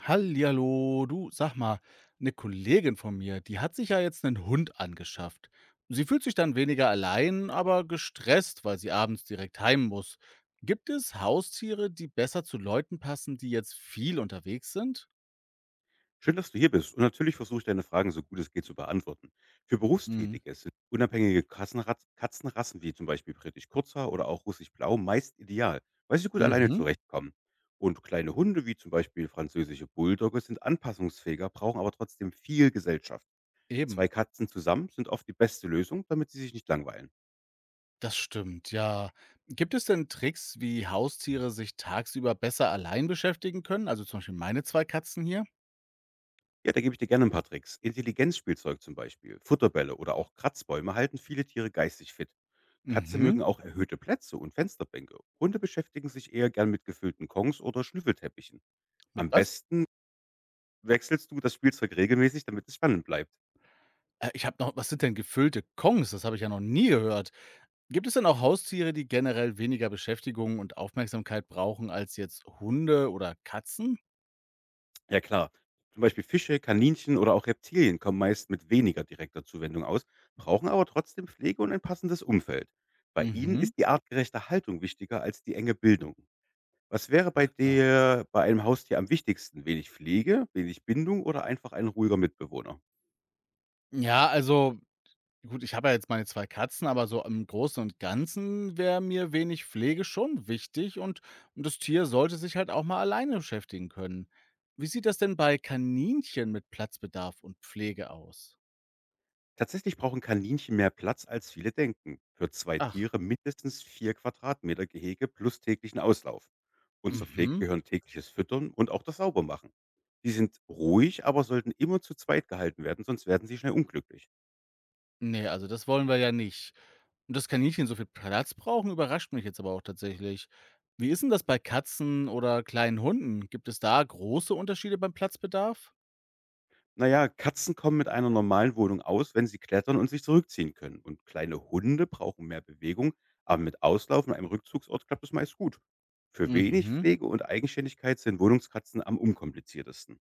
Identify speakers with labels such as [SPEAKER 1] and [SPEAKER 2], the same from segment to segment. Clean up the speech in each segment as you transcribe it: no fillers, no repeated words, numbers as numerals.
[SPEAKER 1] Hallihallo, du, sag mal, eine Kollegin von mir, die hat sich ja jetzt einen Hund angeschafft. Sie fühlt sich dann weniger allein, aber gestresst, weil sie abends direkt heim muss. Gibt es Haustiere, die besser zu Leuten passen, die jetzt viel unterwegs sind?
[SPEAKER 2] Schön, dass du hier bist. Und natürlich versuche ich deine Fragen so gut es geht zu beantworten. Für
[SPEAKER 1] Mhm.
[SPEAKER 2] Berufstätige sind unabhängige Katzenrassen wie zum Beispiel britisch Kurzhaar oder auch russisch Blau meist ideal, weil sie gut alleine
[SPEAKER 1] Mhm.
[SPEAKER 2] zurechtkommen. Und kleine Hunde wie zum Beispiel französische Bulldogge sind anpassungsfähiger, brauchen aber trotzdem viel Gesellschaft. Zwei
[SPEAKER 1] Eben.
[SPEAKER 2] Katzen zusammen sind oft die beste Lösung, damit sie sich nicht langweilen.
[SPEAKER 1] Das stimmt, ja. Gibt es denn Tricks, wie Haustiere sich tagsüber besser allein beschäftigen können? Also zum Beispiel meine zwei Katzen hier.
[SPEAKER 2] Ja, da gebe ich dir gerne ein paar Tricks. Intelligenzspielzeug zum Beispiel, Futterbälle oder auch Kratzbäume halten viele Tiere geistig fit. Katzen
[SPEAKER 1] Mhm.
[SPEAKER 2] mögen auch erhöhte Plätze und Fensterbänke. Hunde beschäftigen sich eher gern mit gefüllten Kongs oder Schnüffelteppichen.
[SPEAKER 1] Mit
[SPEAKER 2] Am
[SPEAKER 1] was?
[SPEAKER 2] besten wechselst du das Spielzeug regelmäßig, damit es spannend bleibt.
[SPEAKER 1] Ich habe noch, was sind denn gefüllte Kongs? Das habe ich ja noch nie gehört. Gibt es denn auch Haustiere, die generell weniger Beschäftigung und Aufmerksamkeit brauchen als jetzt Hunde oder Katzen?
[SPEAKER 2] Ja klar, zum Beispiel Fische, Kaninchen oder auch Reptilien kommen meist mit weniger direkter Zuwendung aus, brauchen aber trotzdem Pflege und ein passendes Umfeld. Bei ihnen
[SPEAKER 1] Mhm.
[SPEAKER 2] ist die artgerechte Haltung wichtiger als die enge Bildung. Was wäre bei
[SPEAKER 1] Ja,
[SPEAKER 2] dir bei einem Haustier am wichtigsten? Wenig Pflege, wenig Bindung oder einfach ein ruhiger Mitbewohner?
[SPEAKER 1] Ja, also gut, ich habe ja jetzt meine zwei Katzen, aber so im Großen und Ganzen wäre mir wenig Pflege schon wichtig, und das Tier sollte sich halt auch mal alleine beschäftigen können. Wie sieht das denn bei Kaninchen mit Platzbedarf und Pflege aus?
[SPEAKER 2] Tatsächlich brauchen Kaninchen mehr Platz, als viele denken. Für zwei
[SPEAKER 1] Ach,
[SPEAKER 2] Tiere mindestens vier Quadratmeter Gehege plus täglichen Auslauf. Und zur Pflege
[SPEAKER 1] mhm.
[SPEAKER 2] gehören tägliches Füttern und auch das Saubermachen. Die sind ruhig, aber sollten immer zu zweit gehalten werden, sonst werden sie schnell unglücklich.
[SPEAKER 1] Nee, also das wollen wir ja nicht. Und dass Kaninchen so viel Platz brauchen, überrascht mich jetzt aber auch tatsächlich. Wie ist denn das bei Katzen oder kleinen Hunden? Gibt es da große Unterschiede beim Platzbedarf?
[SPEAKER 2] Naja, Katzen kommen mit einer normalen Wohnung aus, wenn sie klettern und sich zurückziehen können. Und kleine Hunde brauchen mehr Bewegung, aber mit Auslauf und einem Rückzugsort klappt es meist gut. Für wenig
[SPEAKER 1] Mhm.
[SPEAKER 2] Pflege und Eigenständigkeit sind Wohnungskatzen am unkompliziertesten.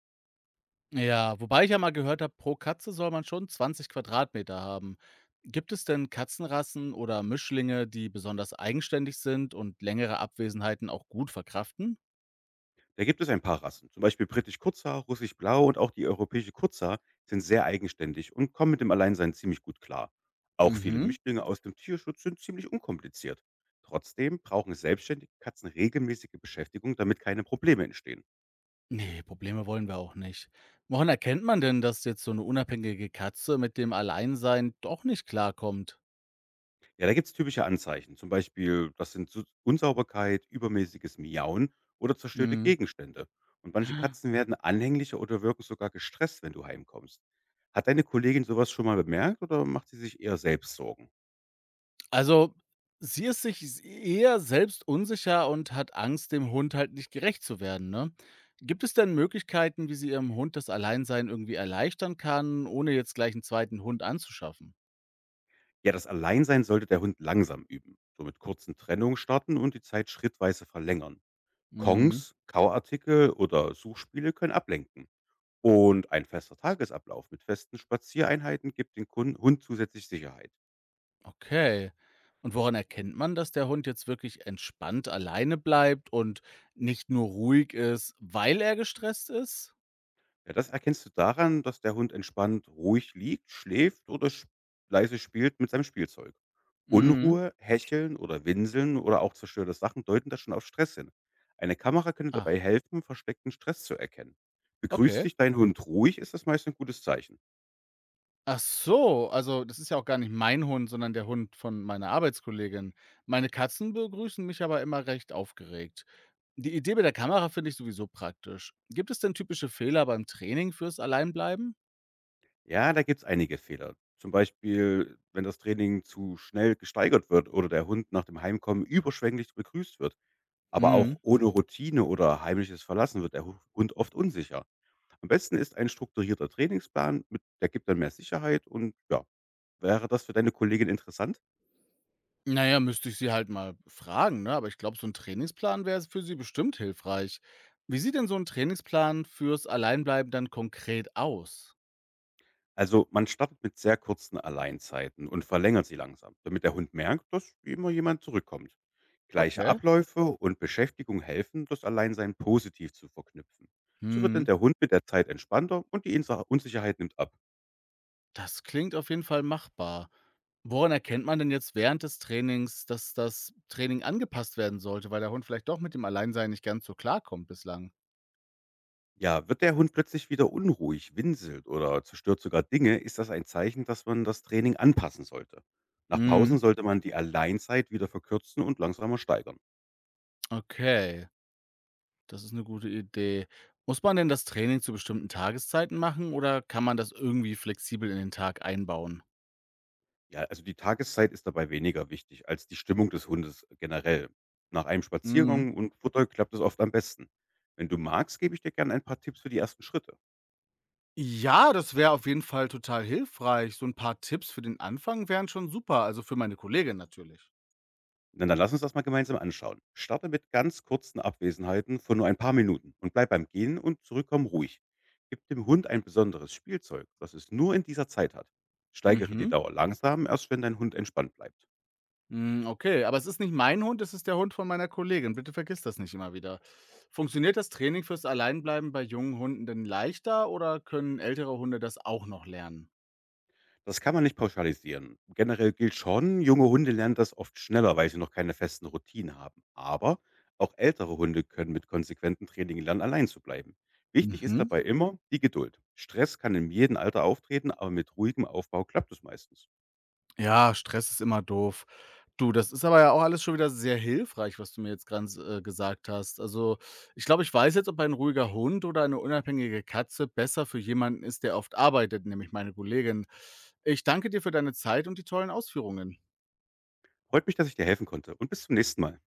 [SPEAKER 1] Ja, wobei ich ja mal gehört habe, pro Katze soll man schon 20 Quadratmeter haben. Gibt es denn Katzenrassen oder Mischlinge, die besonders eigenständig sind und längere Abwesenheiten auch gut verkraften?
[SPEAKER 2] Da gibt es ein paar Rassen, zum Beispiel britisch Kurzhaar, russisch Blau und auch die europäische Kurzhaar sind sehr eigenständig und kommen mit dem Alleinsein ziemlich gut klar. Auch viele
[SPEAKER 1] Mhm.
[SPEAKER 2] Mischlinge aus dem Tierschutz sind ziemlich unkompliziert. Trotzdem brauchen selbstständige Katzen regelmäßige Beschäftigung, damit keine Probleme entstehen.
[SPEAKER 1] Ne, Probleme wollen wir auch nicht. Woran erkennt man denn, dass jetzt so eine unabhängige Katze mit dem Alleinsein doch nicht klarkommt?
[SPEAKER 2] Ja, da gibt es typische Anzeichen, zum Beispiel das sind Unsauberkeit, übermäßiges Miauen oder zerstörte
[SPEAKER 1] Mhm.
[SPEAKER 2] Gegenstände. Und manche Katzen werden anhänglicher oder wirken sogar gestresst, wenn du heimkommst. Hat deine Kollegin sowas schon mal bemerkt oder macht sie sich eher selbst Sorgen?
[SPEAKER 1] Also, sie ist sich s eher selbst unsicher und hat Angst, dem Hund halt nicht gerecht zu werden, ne? Gibt es denn Möglichkeiten, wie sie ihrem Hund das Alleinsein irgendwie erleichtern kann, ohne jetzt gleich einen zweiten Hund anzuschaffen?
[SPEAKER 2] Ja, das Alleinsein sollte der Hund langsam üben, so mit kurzen Trennungen starten und die Zeit schrittweise verlängern.
[SPEAKER 1] Mhm,
[SPEAKER 2] Kongs, Kauartikel oder Suchspiele können ablenken. Und ein fester Tagesablauf mit festen Spaziereinheiten gibt dem Hund zusätzlich Sicherheit.
[SPEAKER 1] okay. Und woran erkennt man, dass der Hund jetzt wirklich entspannt alleine bleibt und nicht nur ruhig ist, weil er gestresst ist?
[SPEAKER 2] Ja, das erkennst du daran, dass der Hund entspannt ruhig liegt, schläft oder sp leise spielt mit seinem Spielzeug.
[SPEAKER 1] Mhm.
[SPEAKER 2] Unruhe, Hecheln oder Winseln oder auch zerstörte Sachen deuten das schon auf Stress hin. Eine Kamera könnte
[SPEAKER 1] Ach,
[SPEAKER 2] dabei helfen, versteckten Stress zu erkennen. Begrüßt
[SPEAKER 1] okay.
[SPEAKER 2] dich dein Hund ruhig, ist das meist ein gutes Zeichen.
[SPEAKER 1] Ach so, also, das ist ja auch gar nicht mein Hund, sondern der Hund von meiner Arbeitskollegin. Meine Katzen begrüßen mich aber immer recht aufgeregt. Die Idee mit der Kamera finde ich sowieso praktisch. Gibt es denn typische Fehler beim Training fürs Alleinbleiben?
[SPEAKER 2] Ja, da gibt es einige Fehler. Zum Beispiel, wenn das Training zu schnell gesteigert wird oder der Hund nach dem Heimkommen überschwänglich begrüßt wird. Aber auch
[SPEAKER 1] Mhm.
[SPEAKER 2] ohne Routine oder heimliches Verlassen wird der Hund oft unsicher. Am besten ist ein strukturierter Trainingsplan, mit der gibt dann mehr Sicherheit und ja, wäre das für deine Kollegin interessant?
[SPEAKER 1] Naja, müsste ich sie halt mal fragen, ne? Aber ich glaube, so ein Trainingsplan wäre für sie bestimmt hilfreich. Wie sieht denn so ein Trainingsplan fürs Alleinbleiben dann konkret aus?
[SPEAKER 2] Also man startet mit sehr kurzen Alleinzeiten und verlängert sie langsam, damit der Hund merkt, dass immer jemand zurückkommt. Gleiche
[SPEAKER 1] Okay.
[SPEAKER 2] Abläufe und Beschäftigung helfen, das Alleinsein positiv zu verknüpfen. So wird dann
[SPEAKER 1] Mhm.
[SPEAKER 2] der Hund mit der Zeit entspannter und die Unsicherheit nimmt ab.
[SPEAKER 1] Das klingt auf jeden Fall machbar. Woran erkennt man denn jetzt während des Trainings, dass das Training angepasst werden sollte, weil der Hund vielleicht doch mit dem Alleinsein nicht ganz so klarkommt bislang?
[SPEAKER 2] Ja, wird der Hund plötzlich wieder unruhig, winselt oder zerstört sogar Dinge, ist das ein Zeichen, dass man das Training anpassen sollte. Nach Pausen
[SPEAKER 1] Mhm,
[SPEAKER 2] sollte man die Alleinzeit wieder verkürzen und langsamer steigern.
[SPEAKER 1] okay, das ist eine gute Idee. Muss man denn das Training zu bestimmten Tageszeiten machen oder kann man das irgendwie flexibel in den Tag einbauen?
[SPEAKER 2] Ja, also die Tageszeit ist dabei weniger wichtig als die Stimmung des Hundes generell. Nach einem
[SPEAKER 1] Mhm.
[SPEAKER 2] Spaziergang und Futter klappt es oft am besten. Wenn du magst, gebe ich dir gerne ein paar Tipps für die ersten Schritte.
[SPEAKER 1] Ja, das wäre auf jeden Fall total hilfreich. So ein paar Tipps für den Anfang wären schon super, also für meine Kollegin natürlich.
[SPEAKER 2] Na, dann lass uns das mal gemeinsam anschauen. Starte mit ganz kurzen Abwesenheiten von nur ein paar Minuten und bleib beim Gehen und Zurückkommen ruhig. Gib dem Hund ein besonderes Spielzeug, das es nur in dieser Zeit hat. Steigere die
[SPEAKER 1] Mhm.
[SPEAKER 2] Dauer langsam, erst wenn dein Hund entspannt bleibt.
[SPEAKER 1] Hm, okay, aber es ist nicht mein Hund, es ist der Hund von meiner Kollegin. Bitte vergiss das nicht immer wieder. Funktioniert das Training fürs Alleinbleiben bei jungen Hunden denn leichter oder können ältere Hunde das auch noch lernen?
[SPEAKER 2] Das kann man nicht pauschalisieren. Generell gilt schon, junge Hunde lernen das oft schneller, weil sie noch keine festen Routinen haben. Aber auch ältere Hunde können mit konsequentem Training lernen, allein zu bleiben. Wichtig ist
[SPEAKER 1] Mhm.
[SPEAKER 2] dabei immer die Geduld. Stress kann in jedem Alter auftreten, aber mit ruhigem Aufbau klappt es meistens.
[SPEAKER 1] Ja, Stress ist immer doof. Du, das ist aber ja auch alles schon wieder sehr hilfreich, was du mir jetzt ganz gesagt hast. Also, ich glaube, ich weiß jetzt, ob ein ruhiger Hund oder eine unabhängige Katze besser für jemanden ist, der oft arbeitet, nämlich meine Kollegin. Ich danke dir für deine Zeit und die tollen Ausführungen.
[SPEAKER 2] Freut mich, dass ich dir helfen konnte und bis zum nächsten Mal.